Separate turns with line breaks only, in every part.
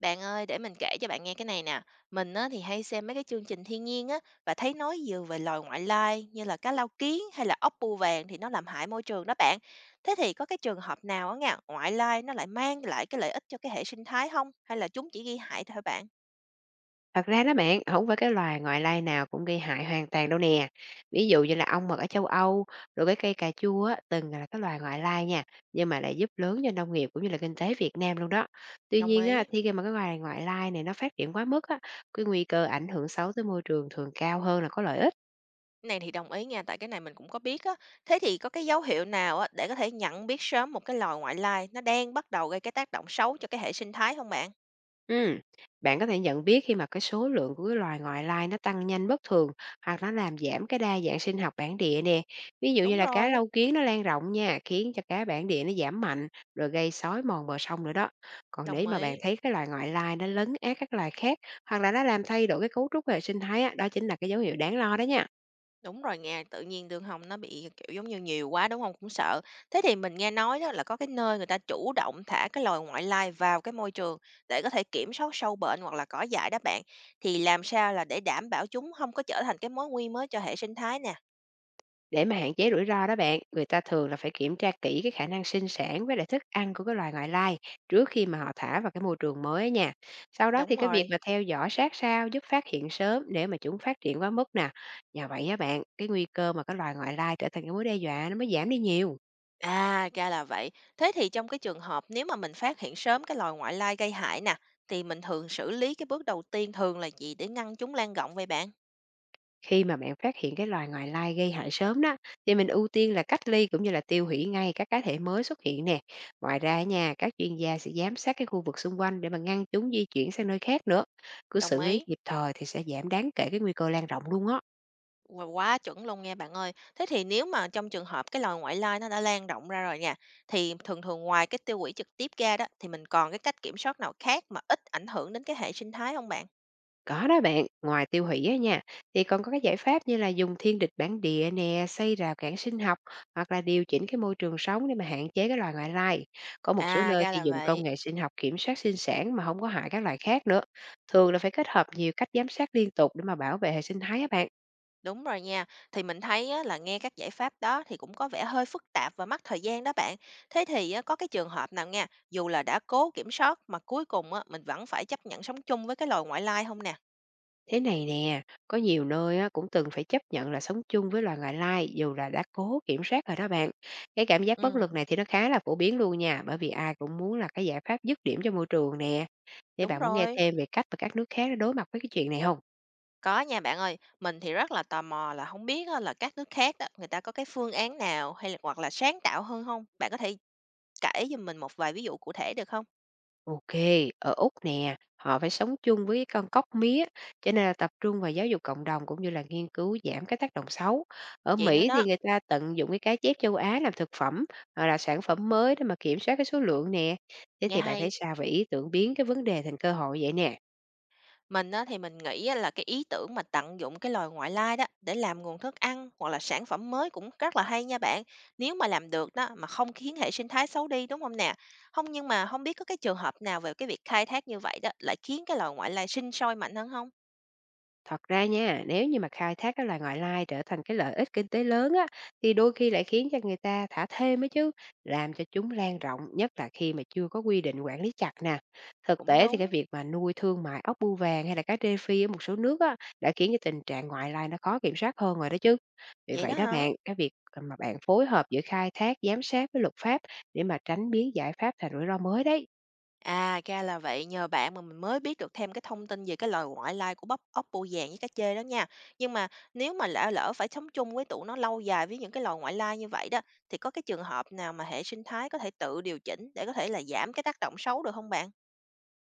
Bạn ơi, để mình kể cho bạn nghe cái này nè. Mình á, thì hay xem mấy cái chương trình thiên nhiên á, và thấy nói nhiều về loài ngoại lai như là cá lau kiến hay là ốc bươu vàng thì nó làm hại môi trường đó bạn. Thế thì có cái trường hợp nào á nha, ngoại lai nó lại mang lại cái lợi ích cho cái hệ sinh thái không? Hay là chúng chỉ gây hại thôi bạn?
Thật ra đó bạn, không phải cái loài ngoại lai nào cũng gây hại hoàn toàn đâu nè. Ví dụ như là ong mật ở châu Âu, rồi cái cây cà chua á, từng là cái loài ngoại lai nha, nhưng mà lại giúp lớn cho nông nghiệp cũng như là kinh tế Việt Nam luôn đó. Tuy
Đồng
nhiên á,
ý.
thì khi mà cái loài ngoại lai này nó phát triển quá mức á, cái nguy cơ ảnh hưởng xấu tới môi trường thường cao hơn là có lợi ích.
Cái này thì đồng ý nha, tại cái này mình cũng có biết á. Thế thì có cái dấu hiệu nào á, để có thể nhận biết sớm một cái loài ngoại lai nó đang bắt đầu gây cái tác động xấu cho cái hệ sinh thái không bạn?
Ừm, bạn có thể nhận biết khi mà cái số lượng của cái loài ngoại lai nó tăng nhanh bất thường hoặc nó làm giảm cái đa dạng sinh học bản địa nè. Ví dụ như
Đúng
là cá
rồi,
lau kiến nó lan rộng nha, khiến cho cá bản địa nó giảm mạnh rồi gây xói mòn bờ sông nữa đó. Còn
đồng
nếu mà bạn
ý.
thấy cái loài ngoại lai nó lấn át các loài khác hoặc là nó làm thay đổi cái cấu trúc hệ sinh thái á, đó chính là cái dấu hiệu đáng lo đó nha.
Đúng rồi, nghe tự nhiên đường hồng nó bị, kiểu, giống như nhiều quá, đúng không? Cũng sợ. Thế thì mình nghe nói đó là có cái nơi người ta chủ động thả cái loài ngoại lai vào cái môi trường để có thể kiểm soát sâu bệnh hoặc là cỏ dại đó bạn, thì làm sao là để đảm bảo chúng không có trở thành cái mối nguy mới cho hệ sinh thái nè?
Để mà hạn chế rủi ro đó bạn, người ta thường là phải kiểm tra kỹ cái khả năng sinh sản với lại thức ăn của cái loài ngoại lai trước khi mà họ thả vào cái môi trường mới á nha. Sau đó
Đúng
thì cái việc
rồi.
mà theo dõi sát sao giúp phát hiện sớm để mà chúng phát triển quá mức nè. Nhờ vậy á bạn, cái nguy cơ mà cái loài ngoại lai trở thành cái mối đe dọa nó mới giảm đi nhiều.
À, ra là vậy. Thế thì trong cái trường hợp nếu mà mình phát hiện sớm cái loài ngoại lai gây hại nè, thì mình thường xử lý cái bước đầu tiên thường là gì để ngăn chúng lan rộng vậy bạn?
Khi mà bạn phát hiện cái loài ngoại lai gây hại sớm đó, thì mình ưu tiên là cách ly cũng như là tiêu hủy ngay các cá thể mới xuất hiện nè. Ngoài ra nha, các chuyên gia sẽ giám sát cái khu vực xung quanh để mà ngăn chúng di chuyển sang nơi khác nữa. Cứ
Đồng
xử lý
ý.
kịp thời thì sẽ giảm đáng kể cái nguy cơ lan rộng luôn á.
Wow, quá chuẩn luôn nha bạn ơi. Thế thì nếu mà trong trường hợp cái lời ngoại lai nó đã lan rộng ra rồi nha, thì thường thường ngoài cái tiêu hủy trực tiếp ra đó, thì mình còn cái cách kiểm soát nào khác mà ít ảnh hưởng đến cái hệ sinh thái không bạn?
Có đó bạn, ngoài tiêu hủy á nha, thì còn có cái giải pháp như là dùng thiên địch bản địa nè, xây rào cản sinh học hoặc là điều chỉnh cái môi trường sống để mà hạn chế cái loài ngoại lai. Có một số
À,
nơi
ra
thì
là
dùng công
vậy.
nghệ sinh học kiểm soát sinh sản mà không có hại các loài khác nữa. Thường là phải kết hợp nhiều cách giám sát liên tục để mà bảo vệ hệ sinh thái á bạn.
Đúng rồi nha. Thì mình thấy á, là nghe các giải pháp đó thì cũng có vẻ hơi phức tạp và mất thời gian đó bạn. Thế thì á, có cái trường hợp nào nha, dù là đã cố kiểm soát mà cuối cùng á, mình vẫn phải chấp nhận sống chung với cái loài ngoại lai không nè?
Thế này nè, có nhiều nơi á, cũng từng phải chấp nhận là sống chung với loài ngoại lai dù là đã cố kiểm soát rồi đó bạn. Cái cảm giác bất lực
Ừ,
này thì nó khá là phổ biến luôn nha, bởi vì ai cũng muốn là cái giải pháp dứt điểm cho môi trường nè. Thế
đúng
bạn muốn nghe
rồi.
thêm về cách mà các nước khác đã đối mặt với cái chuyện này không?
Có nha bạn ơi, mình thì rất là tò mò là không biết á là các nước khác đó, người ta có cái phương án nào hay là hoặc là sáng tạo hơn không? Bạn có thể kể cho mình một vài ví dụ cụ thể được không?
OK, ở Úc nè, họ phải sống chung với con cóc mía, cho nên là tập trung vào giáo dục cộng đồng cũng như là nghiên cứu giảm cái tác động xấu. Ở
Vậy nữa
Mỹ
đó,
thì người ta tận dụng cái cá chép châu Á làm thực phẩm hoặc là sản phẩm mới để mà kiểm soát cái số lượng nè. Thế
nghe
thì bạn
hay,
thấy sao về ý tưởng biến cái vấn đề thành cơ hội vậy nè?
mình á thì mình nghĩ á là cái ý tưởng mà tận dụng cái loài ngoại lai đó để làm nguồn thức ăn hoặc là sản phẩm mới cũng rất là hay nha bạn. Nếu mà làm được đó, mà không khiến hệ sinh thái xấu đi, đúng không nè? Không, nhưng mà không biết có cái trường hợp nào về cái việc khai thác như vậy đó, lại khiến cái loài ngoại lai sinh sôi mạnh hơn không?
Thật ra nha, nếu như mà khai thác cái loài ngoại lai trở thành cái lợi ích kinh tế lớn á, thì đôi khi lại khiến cho người ta thả thêm ấy chứ, làm cho chúng lan rộng, nhất là khi mà chưa có quy định quản lý chặt nè. Thực
Cũng
tế thì cái
đúng,
việc mà nuôi thương mại ốc bươu vàng hay là cá rê phi ở một số nước á, đã khiến cho tình trạng ngoại lai nó khó kiểm soát hơn rồi đó chứ. Vì
vậy đó
vậy đó
hả?
bạn, cái việc mà bạn phối hợp giữa khai thác, giám sát với luật pháp để mà tránh biến giải pháp thành rủi ro mới đấy.
À, ra là vậy, nhờ bạn mà mình mới biết được thêm cái thông tin về cái loài ngoại lai của bắp ốc bươu vàng với cá trê đó nha. Nhưng mà nếu mà lỡ lỡ phải sống chung với tụi nó lâu dài với những cái loài ngoại lai như vậy đó, thì có cái trường hợp nào mà hệ sinh thái có thể tự điều chỉnh để có thể là giảm cái tác động xấu được không bạn?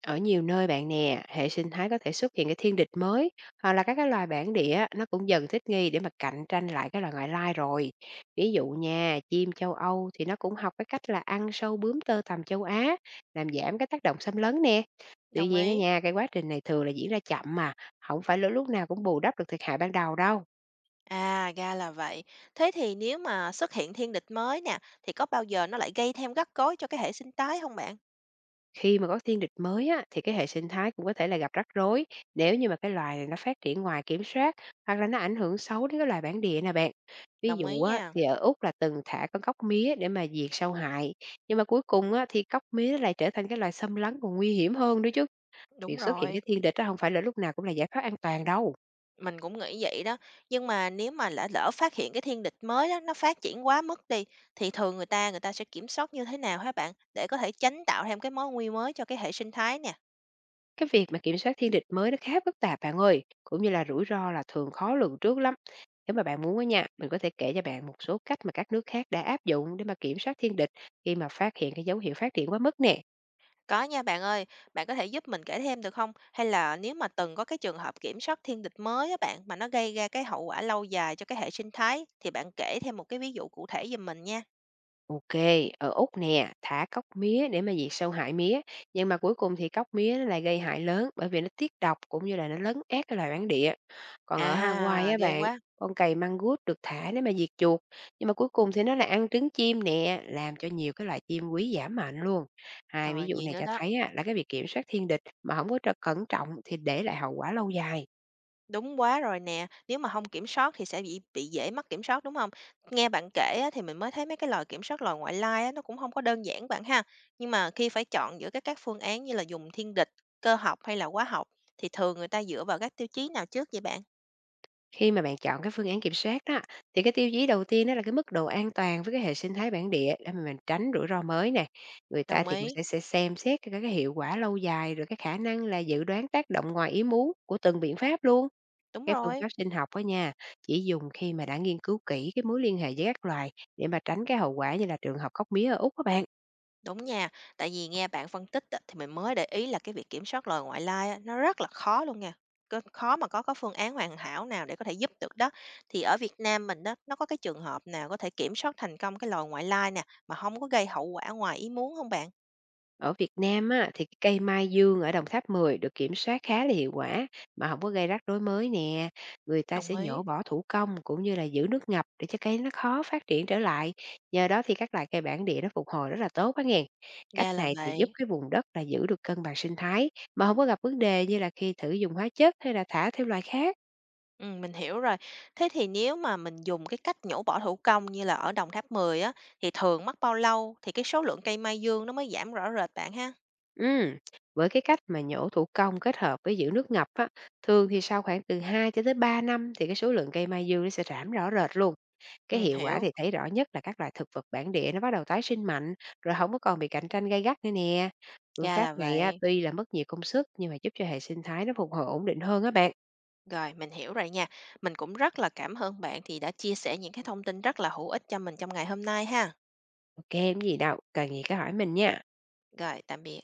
Ở nhiều nơi bạn nè, hệ sinh thái có thể xuất hiện cái thiên địch mới hoặc là các cái loài bản địa nó cũng dần thích nghi để mà cạnh tranh lại cái loài ngoại lai rồi. Ví dụ nha, chim châu Âu thì nó cũng học cái cách là ăn sâu bướm tơ tằm châu Á, làm giảm cái tác động xâm lấn nè. Tuy
Đồng
nhiên ở
ý.
nhà cái quá trình này thường là diễn ra chậm mà, không phải lúc lúc nào cũng bù đắp được thiệt hại ban đầu đâu.
À, ra là vậy. Thế thì nếu mà xuất hiện thiên địch mới nè, thì có bao giờ nó lại gây thêm rắc rối cho cái hệ sinh thái không bạn?
Khi mà có thiên địch mới á, thì cái hệ sinh thái cũng có thể là gặp rắc rối nếu như mà cái loài này nó phát triển ngoài kiểm soát hoặc là nó ảnh hưởng xấu đến cái loài bản địa nè bạn. Ví
Đồng ý
dụ á,
nha.
thì ở Úc là từng thả con cóc mía để mà diệt sâu hại. Nhưng mà cuối cùng á, thì cóc mía lại trở thành cái loài xâm lấn còn nguy hiểm hơn nữa chứ.
Đúng
Việc xuất hiện
rồi.
cái thiên địch đó không phải là lúc nào cũng là giải pháp an toàn đâu.
Mình cũng nghĩ vậy đó, nhưng mà nếu mà lỡ lỡ phát hiện cái thiên địch mới đó, nó phát triển quá mức đi, thì thường người ta sẽ kiểm soát như thế nào hả bạn? Để có thể tránh tạo thêm cái mối nguy mới cho cái hệ sinh thái nè.
Cái việc mà kiểm soát thiên địch mới nó khá phức tạp bạn ơi, cũng như là rủi ro là thường khó lường trước lắm. Nếu mà bạn muốn á nha, mình có thể kể cho bạn một số cách mà các nước khác đã áp dụng để mà kiểm soát thiên địch khi mà phát hiện cái dấu hiệu phát triển quá mức nè.
Có nha bạn ơi, bạn có thể giúp mình kể thêm được không? Hay là nếu mà từng có cái trường hợp kiểm soát thiên địch mới á bạn mà nó gây ra cái hậu quả lâu dài cho cái hệ sinh thái thì bạn kể thêm một cái ví dụ cụ thể giùm mình nha.
OK, ở Úc nè, thả cóc mía để mà diệt sâu hại mía, nhưng mà cuối cùng thì cóc mía nó lại gây hại lớn bởi vì nó tiết độc cũng như là nó lấn át cái loài bản địa. Còn ở Hawaii
À,
á
ghê
bạn,
quá.
con cầy măng-gút được thả để mà diệt chuột, nhưng mà cuối cùng thì nó lại ăn trứng chim nè, làm cho nhiều cái loài chim quý giảm mạnh luôn. Hai ví
Rồi
dụ
vậy
này
nữa
cho
đó.
thấy á, là cái việc kiểm soát thiên địch mà không có cẩn trọng thì để lại hậu quả lâu dài.
Đúng quá rồi nè, nếu mà không kiểm soát thì sẽ bị dễ mất kiểm soát, đúng không? Nghe bạn kể á, thì mình mới thấy mấy cái lòi kiểm soát lòi ngoại lai á, nó cũng không có đơn giản bạn ha. Nhưng mà khi phải chọn giữa các phương án như là dùng thiên địch, cơ học hay là hóa học, thì thường người ta dựa vào các tiêu chí nào trước vậy bạn?
Khi mà bạn chọn cái phương án kiểm soát đó, thì cái tiêu chí đầu tiên đó là cái mức độ an toàn với cái hệ sinh thái bản địa để mà mình tránh rủi ro mới nè. Người ta
Đồng
thì cũng
ý,
sẽ xem xét cái hiệu quả lâu dài rồi cái khả năng là dự đoán tác động ngoài ý muốn của từng biện pháp luôn.
đúng
Cái phương
rồi.
pháp sinh học đó nha, chỉ dùng khi mà đã nghiên cứu kỹ cái mối liên hệ giữa các loài để mà tránh cái hậu quả như là trường hợp khóc mía ở Úc các bạn.
Đúng nha, tại vì nghe bạn phân tích á, thì mình mới để ý là cái việc kiểm soát lời ngoại lai á, nó rất là khó luôn nha. Khó mà có phương án hoàn hảo nào để có thể giúp được đó. Thì ở Việt Nam mình đó, nó có cái trường hợp nào có thể kiểm soát thành công cái lời ngoại lai nè mà không có gây hậu quả ngoài ý muốn không bạn?
Ở Việt Nam á, thì cái cây mai dương ở Đồng Tháp Mười được kiểm soát khá là hiệu quả mà không có gây rắc rối mới nè. Người ta
Đồng
sẽ
ý.
nhổ bỏ thủ công cũng như là giữ nước ngập để cho cây nó khó phát triển trở lại. Nhờ đó thì các loài cây bản địa nó phục hồi rất là tốt á nghe. Cách
Ra là
này thì giúp
vậy.
cái vùng đất là giữ được cân bằng sinh thái mà không có gặp vấn đề như là khi thử dùng hóa chất hay là thả theo loài khác.
Ừ, mình hiểu rồi. Thế thì nếu mà mình dùng cái cách nhổ bỏ thủ công như là ở Đồng Tháp Mười á, thì thường mất bao lâu thì cái số lượng cây mai dương nó mới giảm rõ rệt bạn ha?
Ừm, với cái cách mà nhổ thủ công kết hợp với giữ nước ngập á, thường thì sau khoảng từ 2 cho tới 3 năm thì cái số lượng cây mai dương nó sẽ giảm rõ rệt luôn. Cái
Ừ,
hiệu quả
hiểu.
thì thấy rõ nhất là các loại thực vật bản địa nó bắt đầu tái sinh mạnh, rồi không có còn bị cạnh tranh gay gắt nữa nè. Phương
Ra
pháp
là
này á,
vậy.
tuy là mất nhiều công sức nhưng mà giúp cho hệ sinh thái nó phục hồi ổn định hơn á bạn.
Rồi, mình hiểu rồi nha. Mình cũng rất là cảm ơn bạn thì đã chia sẻ những cái thông tin rất là hữu ích cho mình trong ngày hôm nay ha.
OK, không gì đâu, cần gì cứ hỏi mình nha.
Rồi, tạm biệt.